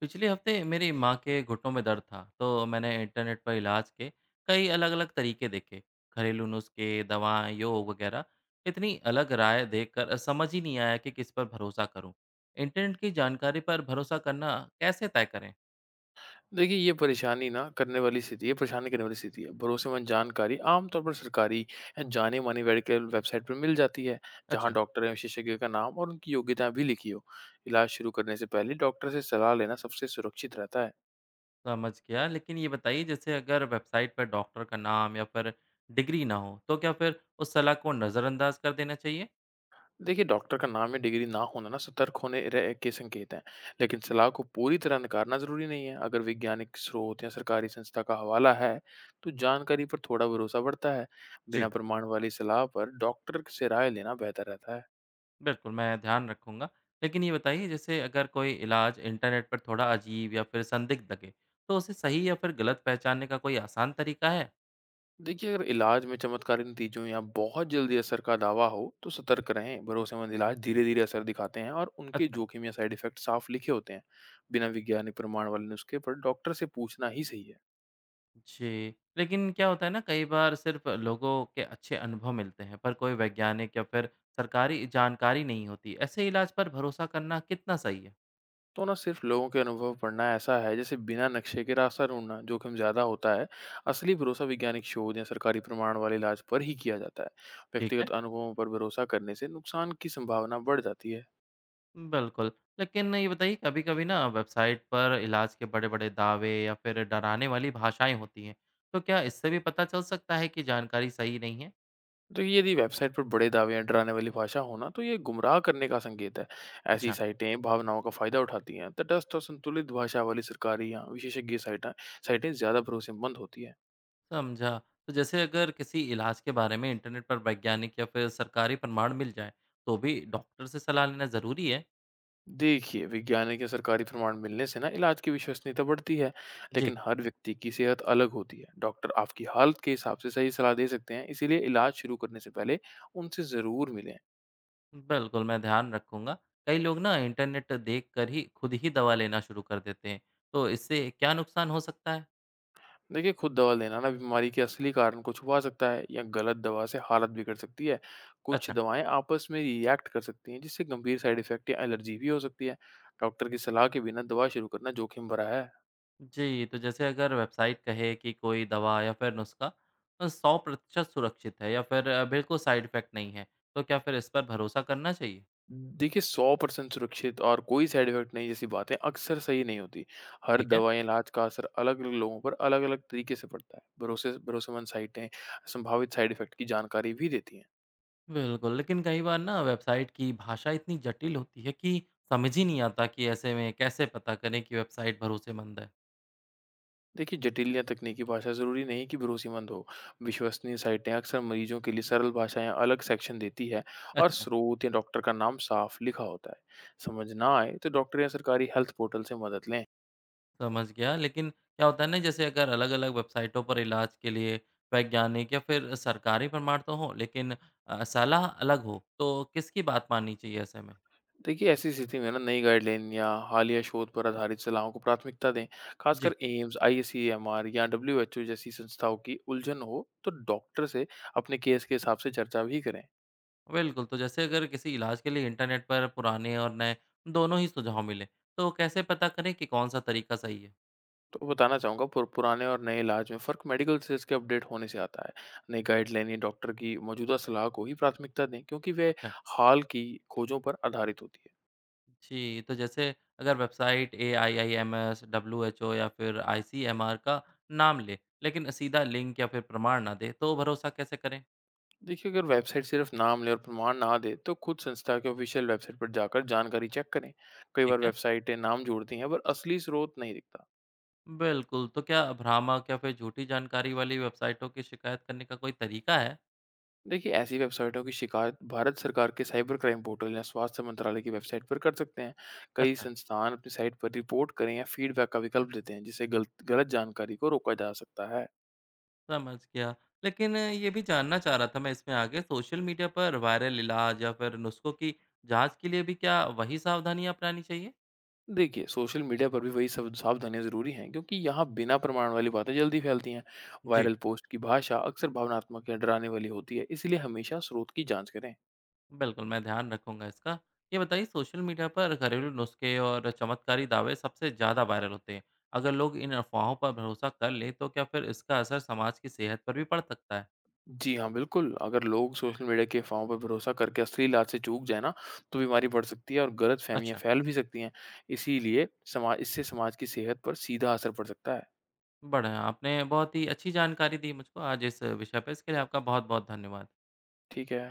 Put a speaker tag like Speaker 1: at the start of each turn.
Speaker 1: पिछले हफ्ते मेरी माँ के घुटनों में दर्द था तो मैंने इंटरनेट पर इलाज के कई अलग अलग तरीके देखे। घरेलू नुस्खे, दवाएं, योग वगैरह। इतनी अलग राय देखकर समझ ही नहीं आया कि किस पर भरोसा करूं। इंटरनेट की जानकारी पर भरोसा करना कैसे तय करें?
Speaker 2: देखिए, ये परेशानी ना करने वाली स्थिति है परेशान करने वाली स्थिति है। भरोसेमंद जानकारी आमतौर पर सरकारी या जाने-मानी मेडिकल वेबसाइट पर मिल जाती है, जहाँ
Speaker 1: अच्छा।
Speaker 2: डॉक्टर या विशेषज्ञ का नाम और उनकी योग्यता भी लिखी हो। इलाज शुरू करने से पहले डॉक्टर से सलाह लेना सबसे सुरक्षित रहता है।
Speaker 1: समझ गया, लेकिन ये बताइए, जैसे अगर वेबसाइट पर डॉक्टर का नाम या फिर डिग्री ना हो, तो क्या फिर उस सलाह को नज़रअंदाज कर देना चाहिए?
Speaker 2: देखिए, डॉक्टर का नाम या डिग्री ना होना ना सतर्क होने रह के संकेत हैं, लेकिन सलाह को पूरी तरह नकारना ज़रूरी नहीं है। अगर वैज्ञानिक स्रोत या सरकारी संस्था का हवाला है, तो जानकारी पर थोड़ा भरोसा बढ़ता है। बिना प्रमाण वाली सलाह पर डॉक्टर से राय लेना बेहतर रहता है।
Speaker 1: बिल्कुल, मैं ध्यान रखूँगा। लेकिन ये बताइए, जैसे अगर कोई इलाज इंटरनेट पर थोड़ा अजीब या फिर संदिग्ध लगे, तो उसे सही या फिर गलत पहचानने का कोई आसान तरीका है?
Speaker 2: देखिए, अगर इलाज में चमत्कारी नतीजों या बहुत जल्दी असर का दावा हो, तो सतर्क रहें। भरोसेमंद इलाज धीरे-धीरे असर दिखाते हैं और उनके
Speaker 1: अच्छा,
Speaker 2: जोखिम या साइड इफेक्ट साफ लिखे होते हैं। बिना वैज्ञानिक प्रमाण वाले नुस्खे पर डॉक्टर से पूछना ही सही है।
Speaker 1: जी। लेकिन क्या होता है ना, कई बार सिर्फ़ लोगों के अच्छे अनुभव मिलते हैं, पर कोई वैज्ञानिक या फिर सरकारी जानकारी नहीं होती। ऐसे इलाज पर भरोसा करना कितना सही है?
Speaker 2: तो ना सिर्फ लोगों के अनुभव पढ़ना ऐसा है, जैसे बिना नक्शे के रास्ता ढूँढना, जोखिम ज़्यादा होता है। असली भरोसा वैज्ञानिक शोध या सरकारी प्रमाण वाले इलाज पर ही किया जाता है।
Speaker 1: ठीक
Speaker 2: व्यक्तिगत
Speaker 1: है।
Speaker 2: अनुभवों पर भरोसा करने से नुकसान की संभावना बढ़ जाती है।
Speaker 1: बिल्कुल। लेकिन ये बताइए, कभी-कभी ना वेबसाइट पर इलाज के बड़े-बड़े दावे या फिर डराने वाली भाषाएँ होती हैं। तो क्या इससे भी पता चल सकता है कि जानकारी सही नहीं है?
Speaker 2: तो यदि वेबसाइट पर बड़े दावे या डराने वाली भाषा हो ना तो ये गुमराह करने का संकेत है। ऐसी
Speaker 1: अच्छा।
Speaker 2: साइटें भावनाओं का फायदा उठाती हैं। तटस्थ और संतुलित भाषा वाली सरकारी या विशेषज्ञ साइटें साइटें ज्यादा भरोसेमंद होती है।
Speaker 1: समझा। तो जैसे अगर किसी इलाज के बारे में इंटरनेट पर वैज्ञानिक या फिर सरकारी प्रमाण मिल जाएँ, तो भी डॉक्टर से सलाह लेना ज़रूरी है?
Speaker 2: देखिए, वैज्ञानिक या सरकारी प्रमाण मिलने से ना इलाज की विश्वसनीयता बढ़ती है,
Speaker 1: जी।
Speaker 2: लेकिन हर व्यक्ति की सेहत अलग होती है। डॉक्टर आपकी हालत के हिसाब से सही सलाह दे सकते हैं, इसीलिए इलाज शुरू करने से पहले उनसे जरूर मिलें।
Speaker 1: बिल्कुल, मैं ध्यान रखूँगा। कई लोग ना इंटरनेट देख कर ही खुद ही दवा लेना शुरू कर देते हैं। तो इससे क्या नुकसान हो सकता है?
Speaker 2: देखिए, खुद दवा लेना ना बीमारी के असली कारण को छुपा सकता है या गलत दवा से हालत बिगड़ सकती है। कुछ
Speaker 1: अच्छा।
Speaker 2: दवाएं आपस में रिएक्ट कर सकती हैं, जिससे गंभीर साइड इफेक्ट या एलर्जी भी हो सकती है। डॉक्टर की सलाह के बिना दवा शुरू करना जोखिम भरा है।
Speaker 1: जी, तो जैसे अगर वेबसाइट कहे कि कोई दवा या फिर नुस्खा 100% सुरक्षित है या फिर बिल्कुल साइड इफ़ेक्ट नहीं है, तो क्या फिर इस पर भरोसा करना चाहिए?
Speaker 2: देखिए, 100% सुरक्षित और कोई साइड इफेक्ट नहीं जैसी बातें अक्सर सही नहीं होती। हर
Speaker 1: ठीक है।
Speaker 2: दवा या इलाज का असर अलग अलग लोगों पर अलग अलग तरीके से पड़ता है। भरोसेमंद साइटें संभावित साइड इफेक्ट की जानकारी भी देती हैं।
Speaker 1: बिल्कुल, लेकिन कई बार ना वेबसाइट की भाषा इतनी जटिल होती है कि समझ ही नहीं आता। कि ऐसे में कैसे पता करें कि वेबसाइट भरोसेमंद है?
Speaker 2: देखिए, जटिल या तकनीकी भाषा ज़रूरी नहीं कि भरोसेमंद हो। विश्वसनीय साइटें अक्सर मरीजों के लिए सरल भाषाएँ अलग सेक्शन देती है और
Speaker 1: अच्छा,
Speaker 2: स्रोत या डॉक्टर का नाम साफ लिखा होता है। समझ ना आए तो डॉक्टर या सरकारी हेल्थ पोर्टल से मदद लें।
Speaker 1: समझ गया। लेकिन क्या होता है ना, जैसे अगर अलग-अलग वेबसाइटों पर इलाज के लिए वैज्ञानिक या फिर सरकारी प्रमाण तो हों, लेकिन सलाह अलग हो, तो किसकी बात माननी चाहिए ऐसे में?
Speaker 2: देखिए, ऐसी स्थिति में ना नई गाइडलाइन या हालिया शोध पर आधारित सलाहों को प्राथमिकता दें। खासकर
Speaker 1: जी।
Speaker 2: एम्स, आईसीएमआर या डब्ल्यूएचओ जैसी संस्थाओं की उलझन हो तो डॉक्टर से अपने केस के हिसाब से चर्चा भी करें।
Speaker 1: बिल्कुल, तो जैसे अगर किसी इलाज के लिए इंटरनेट पर पुराने और नए दोनों ही सुझाव मिले, तो कैसे पता करें कि कौन-सा तरीका सही है?
Speaker 2: तो बताना चाहूँगा, पुराने और नए इलाज में फ़र्क मेडिकल रिसर्च के अपडेट होने से आता है। नई गाइडलाइनें डॉक्टर की मौजूदा सलाह को ही प्राथमिकता दें, क्योंकि वे
Speaker 1: अच्छा।
Speaker 2: हाल की खोजों पर आधारित होती है।
Speaker 1: जी, तो जैसे अगर वेबसाइट एआईआईएमएस, डब्ल्यूएचओ या फिर आईसीएमआर का नाम ले, लेकिन सीधा लिंक या फिर प्रमाण ना दे, तो भरोसा कैसे करें?
Speaker 2: देखिए, अगर वेबसाइट सिर्फ नाम ले और प्रमाण ना दे तो खुद संस्था के ऑफिशियल वेबसाइट पर जाकर जानकारी चेक करें। कई
Speaker 1: ठीक
Speaker 2: बार
Speaker 1: है।
Speaker 2: वेबसाइटें नाम जोड़ती हैं पर असली स्रोत नहीं दिखता।
Speaker 1: बिल्कुल, तो क्या भ्रामक या फिर झूठी जानकारी वाली वेबसाइटों की शिकायत करने का कोई तरीका है?
Speaker 2: देखिए, ऐसी वेबसाइटों की शिकायत भारत सरकार के साइबर क्राइम पोर्टल या स्वास्थ्य मंत्रालय की वेबसाइट पर कर सकते हैं। कई
Speaker 1: अच्छा।
Speaker 2: संस्थान अपनी साइट पर रिपोर्ट करें या फीडबैक का विकल्प देते हैं, जिससे गलत गलत जानकारी को रोका जा सकता है।
Speaker 1: समझ गया। लेकिन ये भी जानना चाह रहा था मैं, इसमें आगे सोशल मीडिया पर वायरल इलाज या फिर नुस्ख़ों की जाँच के लिए भी क्या वही सावधानियाँ अपनानी चाहिए?
Speaker 2: देखिए, सोशल मीडिया पर भी वही सब सावधानियां जरूरी हैं, क्योंकि यहाँ बिना प्रमाण वाली बातें जल्दी फैलती हैं।
Speaker 1: जी।
Speaker 2: वायरल पोस्ट की भाषा अक्सर भावनात्मक या डराने वाली होती है, इसलिए हमेशा स्रोत की जांच करें।
Speaker 1: बिल्कुल, मैं ध्यान रखूँगा इसका। ये बताइए, सोशल मीडिया पर घरेलू नुस्ख़े और चमत्कारी दावे सबसे ज़्यादा वायरल होते हैं। अगर लोग इन अफ़वाहों पर भरोसा कर लें, तो क्या फिर इसका असर समाज की सेहत पर भी पड़ सकता है?
Speaker 2: जी हाँ, बिल्कुल। अगर लोग सोशल मीडिया की अफ़वाहों पर भरोसा करके असली इलाज से चूक जाएँ ना, तो बीमारी बढ़ सकती है और गलतफ़हमियाँ
Speaker 1: अच्छा।
Speaker 2: फैल भी सकती हैं। इसीलिए समा इससे समाज की सेहत पर सीधा असर पड़ सकता है।
Speaker 1: बढ़िया, आपने बहुत ही अच्छी जानकारी दी मुझको आज इस विषय पे। इसके लिए आपका बहुत-बहुत धन्यवाद।
Speaker 2: ठीक है।